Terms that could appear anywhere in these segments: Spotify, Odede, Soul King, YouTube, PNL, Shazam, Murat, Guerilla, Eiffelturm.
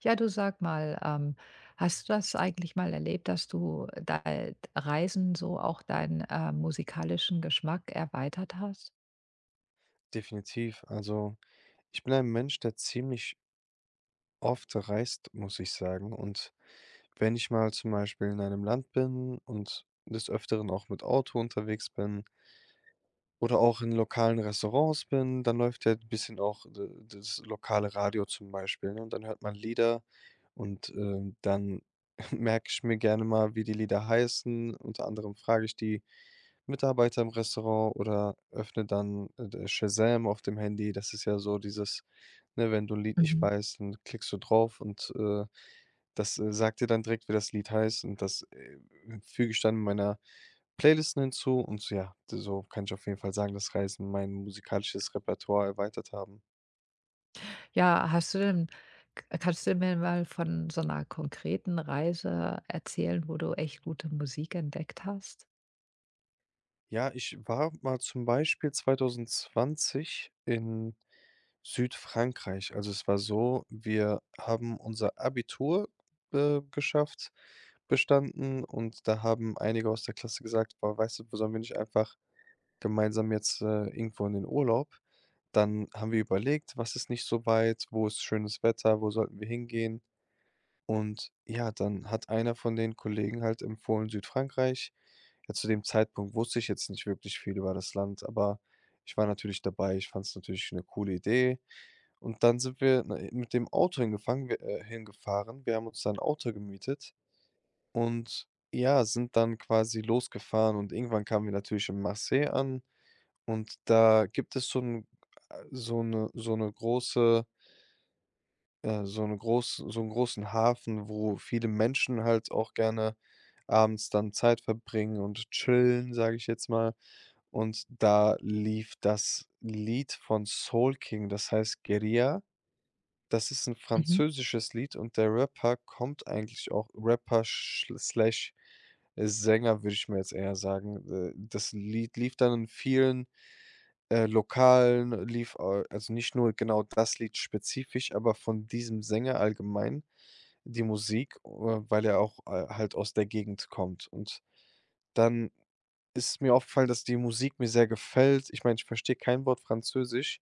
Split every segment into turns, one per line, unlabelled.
Ja, du sag mal, hast du das eigentlich mal erlebt, dass du dei Reisen so auch deinen, musikalischen Geschmack erweitert hast?
Definitiv. Also, ich bin ein Mensch, der ziemlich oft reist, muss ich sagen. Und wenn ich mal zum Beispiel in einem Land bin und des Öfteren auch mit Auto unterwegs bin, oder auch in lokalen Restaurants bin, dann läuft ja ein bisschen auch d das lokale Radio zum Beispiel, ne? Und dann hört man Lieder und dann merke ich mir gerne mal, wie die Lieder heißen. Unter anderem frage ich die Mitarbeiter im Restaurant oder öffne dann, d Shazam auf dem Handy. Das ist ja so dieses, ne, wenn du ein Lied nicht
Mhm.
weißt, dann klickst du drauf und das sagt dir dann direkt, wie das Lied heißt und das füge ich dann meiner Playlisten hinzu und so, ja, so kann ich auf jeden Fall sagen, dass Reisen mein musikalisches Repertoire erweitert haben.
Ja, hast du denn k kannst du mir mal von so einer konkreten Reise erzählen, wo du echt gute Musik entdeckt hast?
Ja, ich war mal zum Beispiel 2020 in Südfrankreich. Also, es war so, wir haben unser Abitur geschafft, bestanden und da haben einige aus der Klasse gesagt: „Boah, weißt du, sollen wir nicht einfach gemeinsam jetzt irgendwo in den Urlaub?" Dann haben wir überlegt, was ist nicht so weit, wo ist schönes Wetter, wo sollten wir hingehen? Und ja, dann hat einer von den Kollegen halt empfohlen Südfrankreich. Ja, zu dem Zeitpunkt wusste ich jetzt nicht wirklich viel über das Land, aber ich war natürlich dabei. Ich fand es natürlich eine coole Idee. Und dann sind wir, ne, mit dem Auto hingefangen wir hingefahren. Wir haben uns da 'n Auto gemietet und ja, sind dann quasi losgefahren und irgendwann kamen wir natürlich in Marseille an und da gibt es so 'n so eine große so 'ne groß so einen großen Hafen, wo viele Menschen halt auch gerne abends dann Zeit verbringen und chillen, sage ich jetzt mal. Und da lief das Lied von Soul King, das heißt „Guerilla". Das ist 'n
Mhm.
französisches Lied und der Rapper kommt eigentlich auch Rapper schl slash Sänger, würde ich mir jetzt eher sagen. Das Lied lief dann in vielen Lokalen, lief a also nicht nur genau das Lied spezifisch, aber von diesem Sänger allgemein die Musik, weil er auch halt aus der Gegend kommt. Und dann ist mir aufgefallen, dass die Musik mir sehr gefällt. Ich meine, ich verstehe kein Wort Französisch.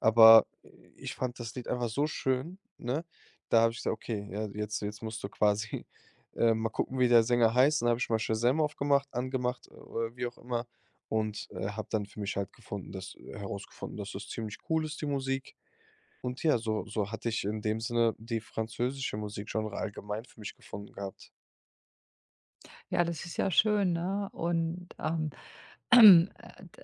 Aber ich fand das Lied einfach so schön, ne? Da habe ich gesagt: „Okay, ja, jetzt musst du quasi, mal gucken, wie der Sänger heißt." Dann habe ich mal Shazam aufgemacht angemacht, oder wie auch immer und habe dann für mich halt gefunden dass herausgefunden, dass das ziemlich cool ist, die Musik. Und ja, so hatte ich in dem Sinne die französische Musikgenre allgemein für mich gefunden gehabt.
Ja, das ist ja schön, ne? Und, äh,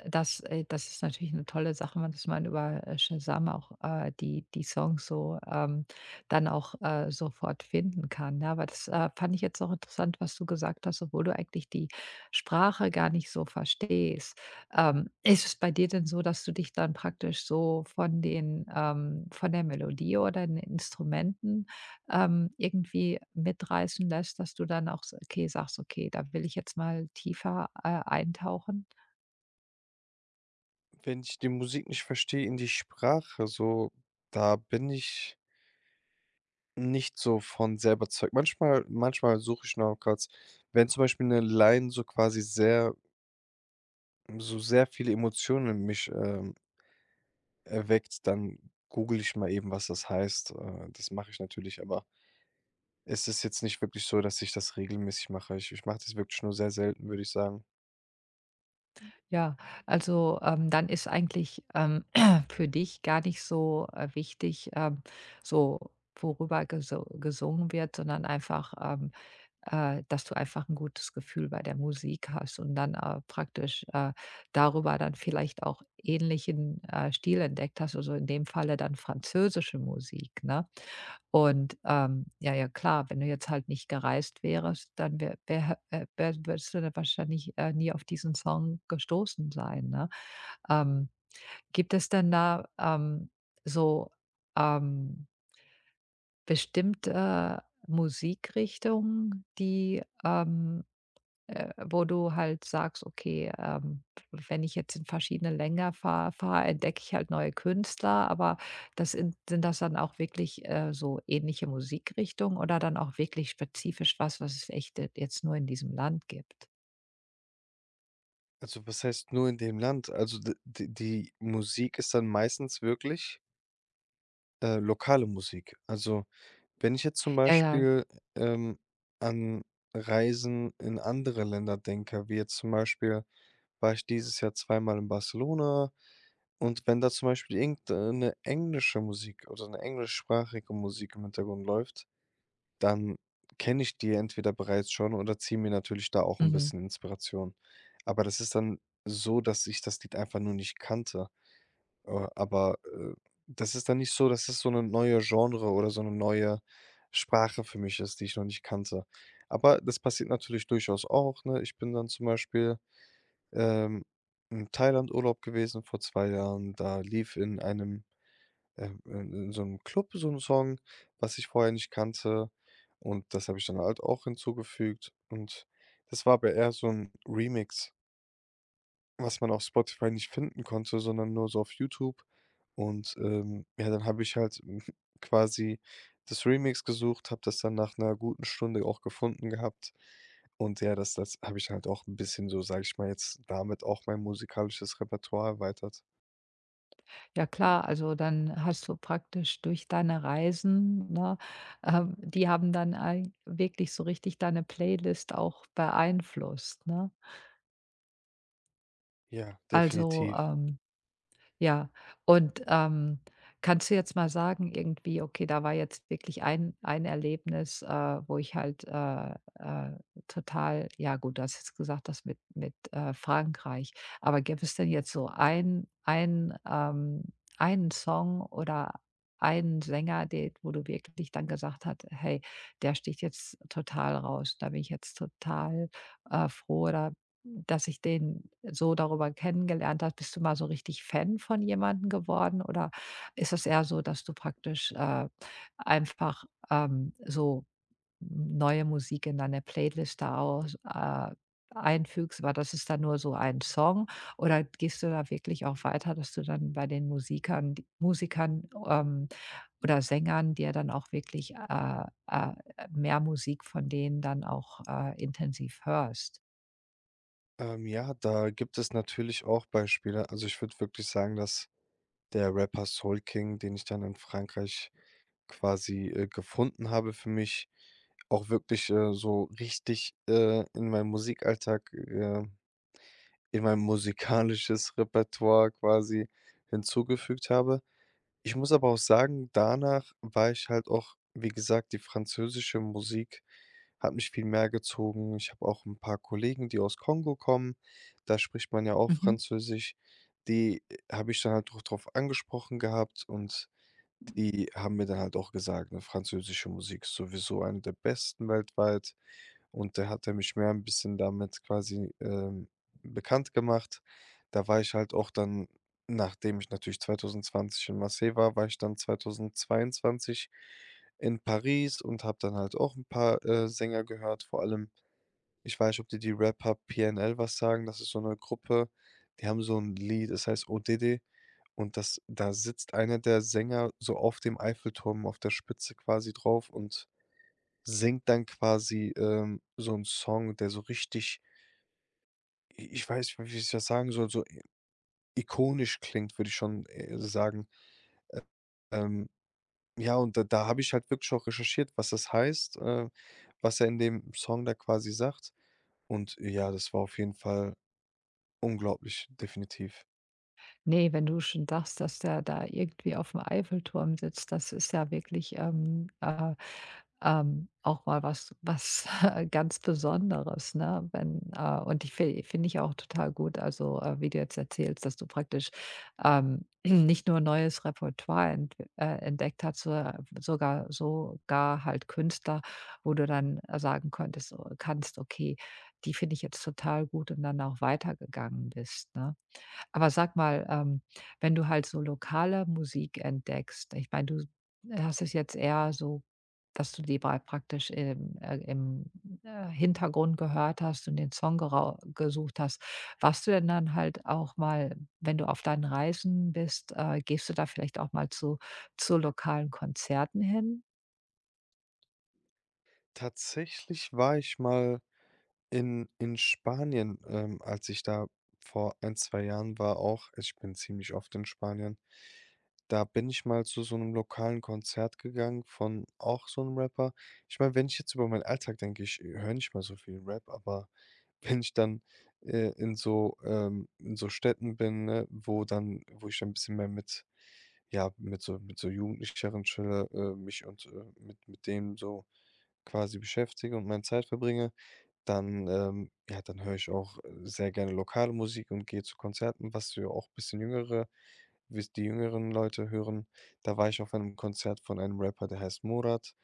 das das ist natürlich eine tolle Sache, man dass man über, Shazam auch, die Songs so, dann auch, sofort finden kann, ne? Aber das, fand ich jetzt auch interessant, was du gesagt hast, obwohl du eigentlich die Sprache gar nicht so verstehst. Ist es bei dir denn so, dass du dich dann praktisch so von den von der Melodie oder den Instrumenten irgendwie mitreißen lässt, dass du dann auch, sagst: „Okay, da will ich jetzt mal tiefer, eintauchen.“
Wenn ich die Musik nicht verstehe in die Sprache so, da bin ich nicht so von sehr überzeugt. Manchmal suche ich noch kurz wenn zum Beispiel eine Line so quasi sehr so sehr viele Emotionen in mich, erweckt, dann google ich mal eben, was das heißt. Das mache ich natürlich, aber es ist jetzt nicht wirklich so, dass ich das regelmäßig mache. Ich mache das wirklich nur sehr selten, würde ich sagen.
Ja, also, dann ist eigentlich, für dich gar nicht so, wichtig, so worüber gesungen wird, sondern einfach, dass du einfach ein gutes Gefühl bei der Musik hast und dann, praktisch, darüber dann vielleicht auch ähnlichen, Stil entdeckt hast, also in dem Falle dann französische Musik, ne? Und, ja, ja, klar, wenn du jetzt halt nicht gereist wärst, dann wär wär würdest du da wahrscheinlich, nie auf diesen Song gestoßen sein, ne? Ähm, gibt es denn da, so, ähm, bestimmte Musikrichtungen, die, wo du halt sagst: „Okay, wenn ich jetzt in verschiedene Länder fahre, entdecke ich halt neue Künstler.“ Aber das sind das dann auch wirklich, so ähnliche Musikrichtungen oder dann auch wirklich spezifisch was, was es echt d jetzt nur in diesem Land gibt?
Also, was heißt nur in dem Land? Also, d d die Musik ist dann meistens wirklich, lokale Musik. Wenn ich jetzt zum
Ja, ja.
Beispiel, ähm, an Reisen in andere Länder denke, wie jetzt zum Beispiel war ich dieses Jahr zweimal in Barcelona und wenn da zum Beispiel irgendeine englische Musik oder eine englischsprachige Musik im Hintergrund läuft, dann kenne ich die entweder bereits schon oder ziehe mir natürlich da auch ein
Mhm.
bisschen Inspiration. Aber das ist dann so, dass ich das Lied einfach nur nicht kannte. Aber das ist dann nicht so, dass es so eine neue Genre oder so eine neue Sprache für mich ist, die ich noch nicht kannte. Aber das passiert natürlich durchaus auch, ne? Ich bin dann zum Beispiel, ähm, Thailand Urlaub gewesen vor 2 Jahren. Da lief in einem, in so einem Club so ein Song, was ich vorher nicht kannte und das habe ich dann halt auch hinzugefügt und das war aber eher so ein Remix was man auf Spotify nicht finden konnte, sondern nur so auf YouTube. Und dann habe ich halt quasi das Remix gesucht, habe das dann nach einer guten Stunde auch gefunden gehabt. Und ja, das habe ich halt auch ein bisschen so, sage ich mal jetzt, damit auch mein musikalisches Repertoire erweitert.
Ja klar, also dann hast du praktisch durch deine Reisen, ne, die haben dann ei wirklich so richtig deine Playlist auch beeinflusst, ne?
Ja,
Also,
definitiv.
ja, und, kannst du jetzt mal sagen irgendwie, okay, da war jetzt wirklich ein Erlebnis, wo ich halt, äh, total ja gut, du hast jetzt gesagt, das mit, Frankreich. Aber gäbe es denn jetzt so ein, einen Song oder einen Sänger, den wo du wirklich dann gesagt hast: „Hey, der sticht jetzt total raus. Da bin ich jetzt total, froh oder dass ich den so darüber kennengelernt habe. Bist du mal so richtig Fan von jemandem geworden oder ist es eher so, dass du praktisch, einfach, so neue Musik in deine Playlist da aus einfügst, aber das ist dann nur so ein Song oder gehst du da wirklich auch weiter, dass du dann bei den Musikern d Musikern, oder Sängern dir dann auch wirklich, äh, mehr Musik von denen dann auch, intensiv hörst?
Ja, da gibt es natürlich auch Beispiele. Also, ich würde wirklich sagen, dass der Rapper Soul King, den ich dann in Frankreich quasi, gefunden habe für mich, auch wirklich, so richtig, in meinen Musikalltag, in mein musikalisches Repertoire quasi hinzugefügt habe. Ich muss aber auch sagen, danach war ich halt auch wie gesagt, die französische Musik hat mich viel mehr gezogen. Ich habe auch ein paar Kollegen, die aus Kongo kommen, da spricht man ja auch
Mhm.
Französisch. Die habe ich dann halt auch drauf angesprochen gehabt und die haben mir dann halt auch gesagt, ne, französische Musik ist sowieso eine der besten weltweit. Und da hat er mich mehr ein bisschen damit quasi, bekannt gemacht. Da war ich halt auch dann, nachdem ich natürlich 2020 in Marseille war, war ich dann 2022 in Paris und habe dann halt auch ein paar Sänger gehört. Vor allem, ich weiß nicht, ob dir die Rapper PNL was sagen. Das ist so eine Gruppe, die haben so ein Lied, das heißt „Odede". Und das da sitzt einer der Sänger so auf dem Eiffelturm, auf der Spitze quasi drauf und singt dann quasi, so 'n Song, der so richtig i ich weiß nicht, wie ich das sagen soll, so i ikonisch klingt, würde ich schon, sagen. Ähm, ja, und da habe ich halt wirklich auch recherchiert, was das heißt, was er in dem Song da quasi sagt. Und ja, das war auf jeden Fall unglaublich, definitiv.
Ne, wenn du schon sagst, dass der da irgendwie auf dem Eiffelturm sitzt, das ist ja wirklich, auch mal was was ganz Besonderes, ne? Wenn und ich finde ich auch total gut, also, wie du jetzt erzählst, dass du praktisch, nicht nur neues Repertoire entdeckt hast, so sogar halt Künstler, wo du dann sagen kannst: „Okay, die finde ich jetzt total gut“, und dann auch weitergegangen bist, ne? Aber sag mal, wenn du halt so lokale Musik entdeckst, ich meine, du hast es jetzt eher so, dass du die bei praktisch im, im Hintergrund gehört hast und den Song gerau gesucht hast. Warst du denn dann halt auch mal, wenn du auf deinen Reisen bist, gehst du da vielleicht auch mal zu lokalen Konzerten hin?
Tatsächlich war ich mal in Spanien, als ich da vor ein 2 Jahren war auch also, ich bin ziemlich oft in Spanien, da bin ich mal zu so einem lokalen Konzert gegangen von auch so einem Rapper. Ich meine, wenn ich jetzt über meinen Alltag denke, ich höre nicht mal so viel Rap, aber wenn ich dann in so Städten bin, ne, wo ich dann ein bisschen mehr mit ja, mit so Jugendlicheren chille, mich und mit denen so quasi beschäftige und meine Zeit verbringe, dann höre ich auch sehr gerne lokale Musik und gehe zu Konzerten, was für auch ein bisschen jüngere wie's die jüngeren Leute hören. Da war ich auf einem Konzert von einem Rapper, der heißt Murat.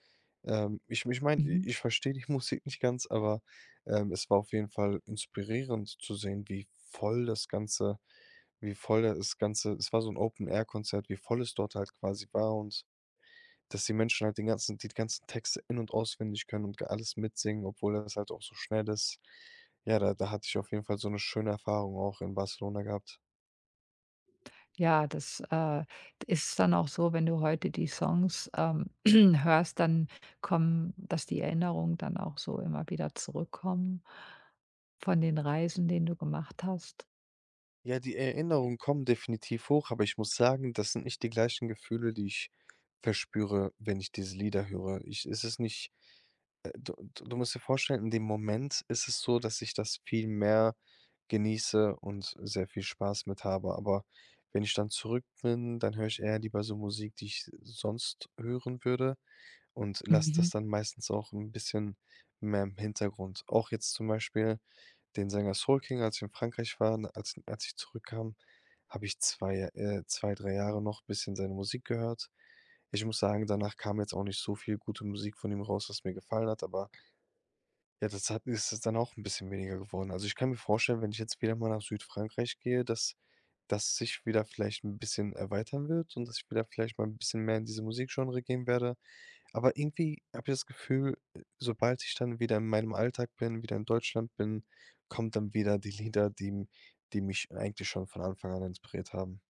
Ich meine, ich verstehe die Musik nicht ganz, aber, es war auf jeden Fall inspirierend zu sehen, wie voll das Ganze es war so ein Open-Air-Konzert, wie voll es dort halt quasi war und dass die Menschen halt den ganzen die ganzen Texte in und auswendig können und alles mitsingen, obwohl das halt auch so schnell ist. Ja, da hatte ich auf jeden Fall so eine schöne Erfahrung auch in Barcelona gehabt.
Ja, das, ist dann auch so, wenn du heute die Songs, hörst, dann kommen dass die Erinnerungen dann auch so immer wieder zurückkommen von den Reisen, den du gemacht hast.
Ja, die Erinnerungen kommen definitiv hoch, aber ich muss sagen, das sind nicht die gleichen Gefühle, die ich verspüre, wenn ich diese Lieder höre. Ich es ist nicht Du musst dir vorstellen, in dem Moment ist es so, dass ich das viel mehr genieße und sehr viel Spaß mit habe, aber wenn ich dann zurück bin, dann höre ich eher lieber so Musik, die ich sonst hören würde und lasse das
Mhm.
dann meistens auch ein bisschen mehr im Hintergrund. Auch jetzt zum Beispiel den Sänger Soul King, als ich in Frankreich waren, als ich zurückkam, habe ich 2 2, 3 Jahre noch ein bisschen seine Musik gehört. Ich muss sagen, danach kam jetzt auch nicht so viel gute Musik von ihm raus, was mir gefallen hat, aber ja, das hat ist es dann auch ein bisschen weniger geworden. Also, ich kann mir vorstellen, wenn ich jetzt wieder mal nach Südfrankreich gehe, dass das sich wieder vielleicht ein bisschen erweitern wird und dass ich wieder vielleicht mal ein bisschen mehr in diese Musikgenre gehen werde. Aber irgendwie habe ich das Gefühl, sobald ich dann wieder in meinem Alltag bin, wieder in Deutschland bin, kommt dann wieder die Lieder, die mich eigentlich schon von Anfang an inspiriert haben.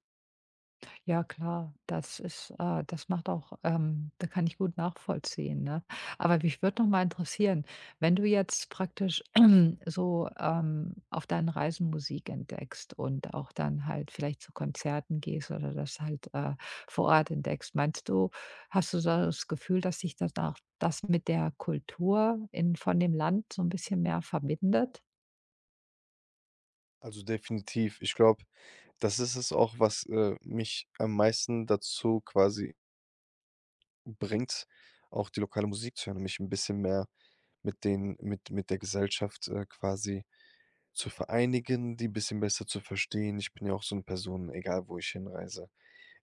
Ja klar, das ist das macht auch da kann ich gut nachvollziehen, ne? Aber mich würde noch mal interessieren, wenn du jetzt praktisch so, auf deinen Reisen Musik entdeckst und auch dann halt vielleicht zu Konzerten gehst oder das halt, vor Ort entdeckst, meinst du hast du da das Gefühl, dass sich das auch das mit der Kultur in von dem Land so ein bisschen mehr verbindet?
Also, definitiv. Ich glaube, das ist es auch, was mich am meisten dazu quasi bringt, auch die lokale Musik zu hören und mich ein bisschen mehr mit den mit der Gesellschaft, quasi zu vereinigen, die ein bisschen besser zu verstehen. Ich bin ja auch so eine Person, egal wo ich hinreise.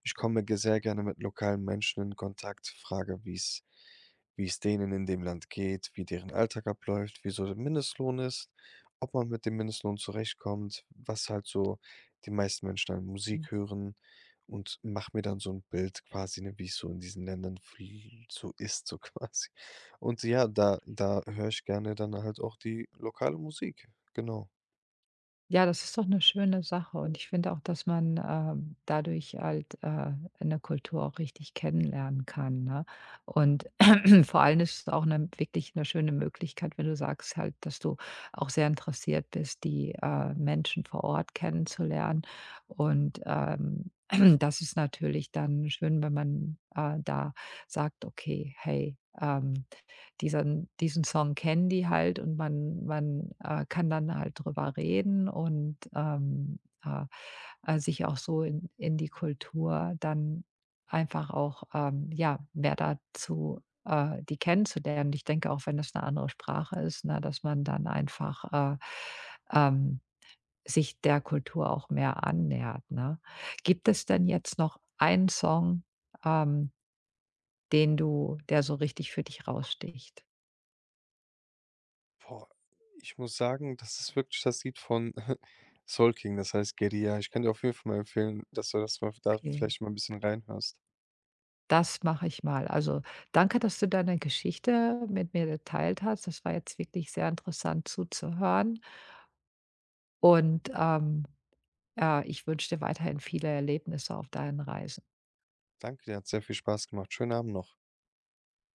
Ich komme ge sehr gerne mit lokalen Menschen in Kontakt, frage, wie es denen in dem Land geht, wie deren Alltag abläuft, wie so der Mindestlohn ist, ob man mit dem Mindestlohn zurechtkommt, was halt so die meisten Menschen an Musik hören und mache mir dann so ein Bild quasi, ne, wie's so in diesen Ländern fl so ist, so quasi. Und ja, da höre ich gerne dann halt auch die lokale Musik, genau.
Ja, das ist doch eine schöne Sache und ich finde auch, dass man, dadurch halt, 'ne Kultur auch richtig kennenlernen kann, ne? Und vor allem ist es auch eine wirklich eine schöne Möglichkeit, wenn du sagst halt, dass du auch sehr interessiert bist, die, Menschen vor Ort kennenzulernen. Und, das ist natürlich dann schön, wenn man, da sagt: „Okay, hey, diesen Song kennen die halt und man kann dann halt drüber reden und, sich auch so in die Kultur dann einfach auch, ja, mehr dazu die kennenzulernen. Ich denke auch, wenn das eine andere Sprache ist, ne, dass man dann einfach, äh, ähm, sich der Kultur auch mehr annähert, ne? Gibt es denn jetzt noch einen Song, ähm, den du der so richtig für dich raussticht?
Boah, ich muss sagen, das ist wirklich das Lied von Soul King, das heißt „Guerilla". Ich kann dir auf jeden Fall mal empfehlen, dass du das mal da
Okay.
vielleicht mal ein bisschen reinhörst.
Das mache ich mal. Also, danke, dass du deine Geschichte mit mir geteilt hast. Das war jetzt wirklich sehr interessant zuzuhören und, ja, ich wünsche dir weiterhin viele Erlebnisse auf deinen Reisen.
Danke dir, hat sehr viel Spaß gemacht. Schönen Abend noch.